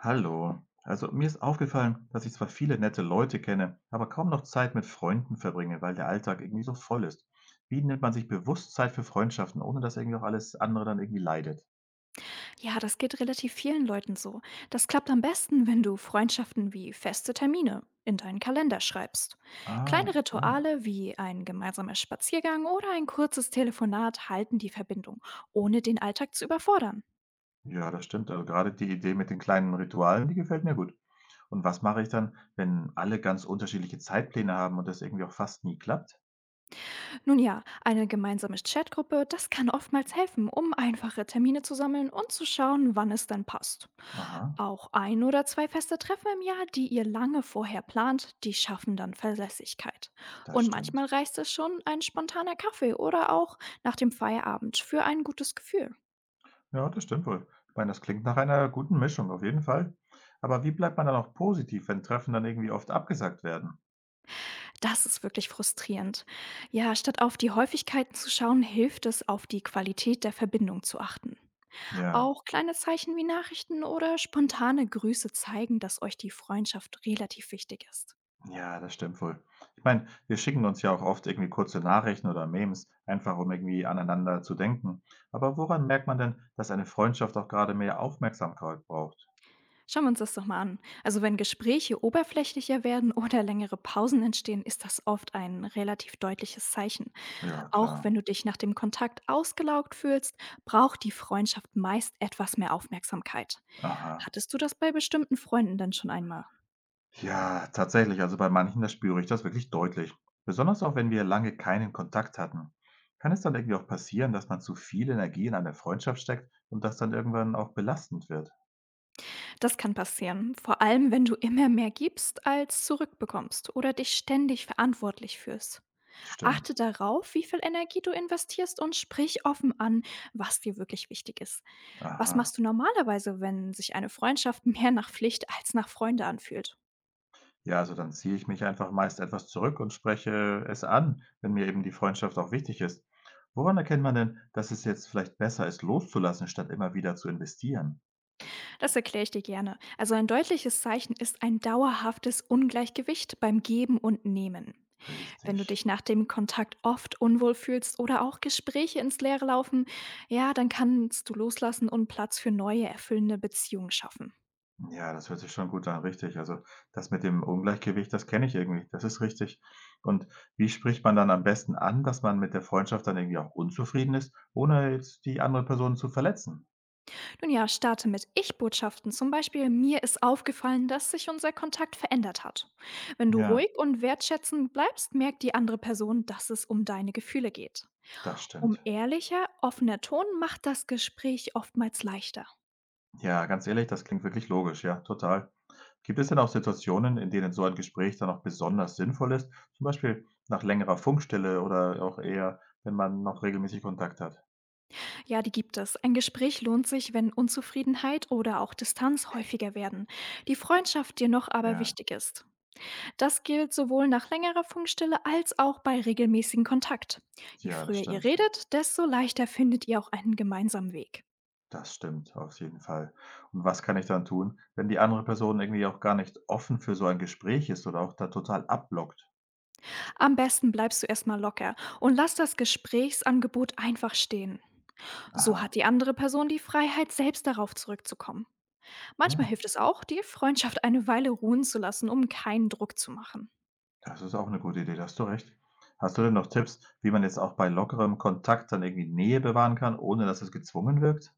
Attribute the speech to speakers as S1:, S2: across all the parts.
S1: Hallo. Also mir ist aufgefallen, dass ich zwar viele nette Leute kenne, aber kaum noch Zeit mit Freunden verbringe, weil der Alltag irgendwie so voll ist. Wie nimmt man sich bewusst Zeit für Freundschaften, ohne dass irgendwie auch alles andere dann irgendwie leidet?
S2: Ja, das geht relativ vielen Leuten so. Das klappt am besten, wenn du Freundschaften wie feste Termine in deinen Kalender schreibst. Kleine
S1: Ah, ja.
S2: Rituale wie ein gemeinsamer Spaziergang oder ein kurzes Telefonat halten die Verbindung, ohne den Alltag zu überfordern.
S1: Ja, das stimmt. Also gerade die Idee mit den kleinen Ritualen, die gefällt mir gut. Und was mache ich dann, wenn alle ganz unterschiedliche Zeitpläne haben und das irgendwie auch fast nie klappt?
S2: Nun ja, eine gemeinsame Chatgruppe, das kann oftmals helfen, um einfache Termine zu sammeln und zu schauen, wann es dann passt.
S1: Aha,
S2: Auch ein oder zwei feste Treffen im Jahr, die ihr lange vorher plant, die schaffen dann Verlässlichkeit.
S1: das
S2: Und manchmal
S1: stimmt.
S2: reicht es schon ein spontaner Kaffee oder auch nach dem Feierabend für ein gutes Gefühl.
S1: Ja, das stimmt wohl. Ich meine, das klingt nach einer guten Mischung, auf jeden Fall. Aber wie bleibt man dann auch positiv, wenn Treffen dann irgendwie oft abgesagt werden?
S2: Das ist wirklich frustrierend. Ja, statt auf die Häufigkeiten zu schauen, hilft es, auf die Qualität der Verbindung zu achten.
S1: Ja,
S2: Auch kleine Zeichen wie Nachrichten oder spontane Grüße zeigen, dass euch die Freundschaft relativ wichtig ist.
S1: ja, das stimmt wohl. Ich meine, wir schicken uns ja auch oft irgendwie kurze Nachrichten oder Memes, einfach um irgendwie aneinander zu denken. Aber woran merkt man denn, dass eine Freundschaft auch gerade mehr Aufmerksamkeit braucht?
S2: Schauen wir uns das doch mal an. Also wenn Gespräche oberflächlicher werden oder längere Pausen entstehen, ist das oft ein relativ deutliches Zeichen.
S1: Ja,
S2: Auch
S1: klar.
S2: wenn du dich nach dem Kontakt ausgelaugt fühlst, braucht die Freundschaft meist etwas mehr Aufmerksamkeit.
S1: Aha.
S2: Hattest du das bei bestimmten Freunden dann schon einmal?
S1: Ja, tatsächlich. Also bei manchen, da spüre ich das wirklich deutlich. Besonders auch, wenn wir lange keinen Kontakt hatten. Kann es dann irgendwie auch passieren, dass man zu viel Energie in eine Freundschaft steckt und das dann irgendwann auch belastend wird?
S2: Das kann passieren, vor allem wenn du immer mehr gibst, als zurückbekommst oder dich ständig verantwortlich fühlst. Achte
S1: Stimmt.
S2: darauf, wie viel Energie du investierst und sprich offen an, was dir wirklich wichtig ist. Was
S1: Aha.
S2: machst du normalerweise, wenn sich eine Freundschaft mehr nach Pflicht als nach Freunde anfühlt?
S1: Ja, also dann ziehe ich mich einfach meist etwas zurück und spreche es an, wenn mir eben die Freundschaft auch wichtig ist. Woran erkennt man denn, dass es jetzt vielleicht besser ist, loszulassen, statt immer wieder zu investieren?
S2: Das erkläre ich dir gerne. Also ein deutliches Zeichen ist ein dauerhaftes Ungleichgewicht beim Geben und Nehmen. Wenn du
S1: Richtig.
S2: dich nach dem Kontakt oft unwohl fühlst oder auch Gespräche ins Leere laufen, ja, dann kannst du loslassen und Platz für neue, erfüllende Beziehungen schaffen.
S1: Ja, das hört sich schon gut an, richtig. Also, das mit dem Ungleichgewicht, das kenne ich irgendwie. Das ist richtig. Und wie spricht man dann am besten an, dass man mit der Freundschaft dann irgendwie auch unzufrieden ist, ohne jetzt die andere Person zu verletzen?
S2: Nun ja, starte mit Ich-Botschaften. Zum Beispiel, mir ist aufgefallen, dass sich unser Kontakt verändert hat. Wenn du
S1: Ja,
S2: ruhig und wertschätzend bleibst, merkt die andere Person, dass es um deine Gefühle geht.
S1: das
S2: Um
S1: stimmt.
S2: ehrlicher, offener Ton macht das Gespräch oftmals leichter.
S1: Ja, ganz ehrlich, das klingt wirklich logisch, ja, total. Gibt es denn auch Situationen, in denen so ein Gespräch dann auch besonders sinnvoll ist? Zum Beispiel nach längerer Funkstille oder auch eher, wenn man noch regelmäßig Kontakt hat.
S2: Ja, die gibt es. Ein Gespräch lohnt sich, wenn Unzufriedenheit oder auch Distanz häufiger werden. Die Freundschaft dir noch aber
S1: Ja,
S2: wichtig ist. Das gilt sowohl nach längerer Funkstille als auch bei regelmäßigem Kontakt. Je
S1: ja, das
S2: früher ihr
S1: stimmt.
S2: redet, desto leichter findet ihr auch einen gemeinsamen Weg.
S1: Das stimmt, auf jeden Fall. Und was kann ich dann tun, wenn die andere Person irgendwie auch gar nicht offen für so ein Gespräch ist oder auch da total abblockt?
S2: Am besten bleibst du erstmal locker und lass das Gesprächsangebot einfach stehen. So hat
S1: Aha,
S2: die andere Person die Freiheit, selbst darauf zurückzukommen. Manchmal
S1: ja,
S2: hilft es auch, die Freundschaft eine Weile ruhen zu lassen, um keinen Druck zu machen.
S1: das ist auch eine gute Idee, da hast du recht. Hast du denn noch Tipps, wie man jetzt auch bei lockerem Kontakt dann irgendwie Nähe bewahren kann, ohne dass es gezwungen wirkt?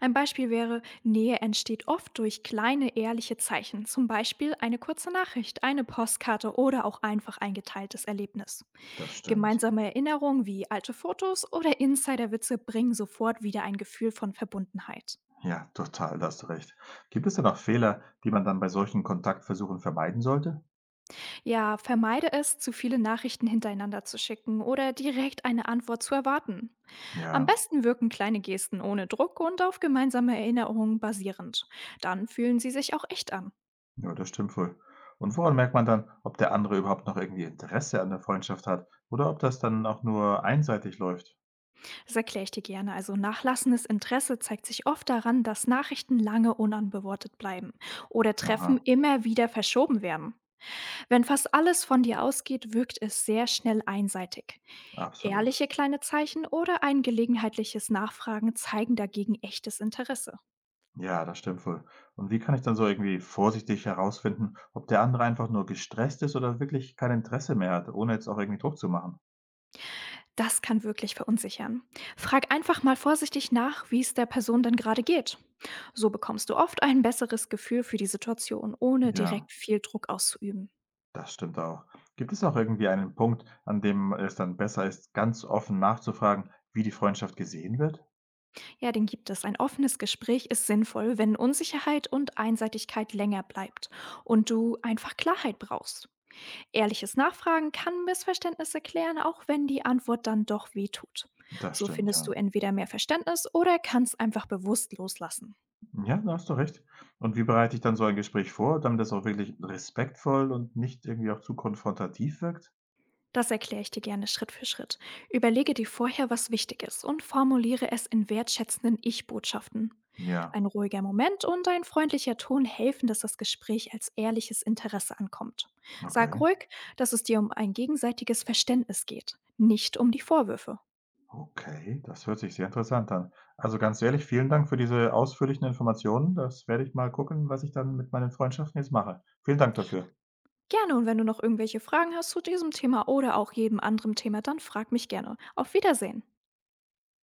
S2: Ein Beispiel wäre, Nähe entsteht oft durch kleine, ehrliche Zeichen, zum Beispiel eine kurze Nachricht, eine Postkarte oder auch einfach ein geteiltes Erlebnis.
S1: Das stimmt.
S2: Gemeinsame Erinnerungen wie alte Fotos oder Insiderwitze bringen sofort wieder ein Gefühl von Verbundenheit.
S1: Ja, total, da hast du recht. Gibt es denn auch Fehler, die man dann bei solchen Kontaktversuchen vermeiden sollte?
S2: Ja, vermeide es, zu viele Nachrichten hintereinander zu schicken oder direkt eine Antwort zu erwarten. Am
S1: Ja.
S2: besten wirken kleine Gesten ohne Druck und auf gemeinsame Erinnerungen basierend. Dann fühlen sie sich auch echt an.
S1: Ja, das stimmt wohl. Und woran merkt man dann, ob der andere überhaupt noch irgendwie Interesse an der Freundschaft hat oder ob das dann auch nur einseitig läuft?
S2: Das erkläre ich dir gerne. Also nachlassendes Interesse zeigt sich oft daran, dass Nachrichten lange unantwortet bleiben oder Treffen
S1: Aha,
S2: immer wieder verschoben werden. Wenn fast alles von dir ausgeht, wirkt es sehr schnell einseitig.
S1: absolut.
S2: Ehrliche kleine Zeichen oder ein gelegenheitliches Nachfragen zeigen dagegen echtes Interesse.
S1: Ja, das stimmt wohl. Und wie kann ich dann so irgendwie vorsichtig herausfinden, ob der andere einfach nur gestresst ist oder wirklich kein Interesse mehr hat, ohne jetzt auch irgendwie Druck zu machen?
S2: Das kann wirklich verunsichern. Frag einfach mal vorsichtig nach, wie es der Person denn gerade geht. So bekommst du oft ein besseres Gefühl für die Situation, ohne
S1: Ja,
S2: direkt viel Druck auszuüben.
S1: das stimmt auch. Gibt es auch irgendwie einen Punkt, an dem es dann besser ist, ganz offen nachzufragen, wie die Freundschaft gesehen wird?
S2: Ja, den gibt es. Ein offenes Gespräch ist sinnvoll, wenn Unsicherheit und Einseitigkeit länger bleibt und du einfach Klarheit brauchst. Ehrliches Nachfragen kann Missverständnisse klären, auch wenn die Antwort dann doch wehtut.
S1: Das
S2: So
S1: stimmt,
S2: findest du
S1: ja.
S2: entweder mehr Verständnis oder kannst einfach bewusst loslassen.
S1: Ja, da hast du recht. Und wie bereite ich dann so ein Gespräch vor, damit es auch wirklich respektvoll und nicht irgendwie auch zu konfrontativ wirkt?
S2: Das erkläre ich dir gerne Schritt für Schritt. Überlege dir vorher, was wichtig ist und formuliere es in wertschätzenden Ich-Botschaften.
S1: Ja,
S2: Ein ruhiger Moment und ein freundlicher Ton helfen, dass das Gespräch als ehrliches Interesse ankommt. Sag
S1: okay.
S2: ruhig, dass es dir um ein gegenseitiges Verständnis geht, nicht um die Vorwürfe.
S1: Okay, das hört sich sehr interessant an. Also ganz ehrlich, vielen Dank für diese ausführlichen Informationen. Das werde ich mal gucken, was ich dann mit meinen Freundschaften jetzt mache. Vielen Dank dafür.
S2: Gerne und wenn du noch irgendwelche Fragen hast zu diesem Thema oder auch jedem anderen Thema, dann frag mich gerne. Auf Wiedersehen.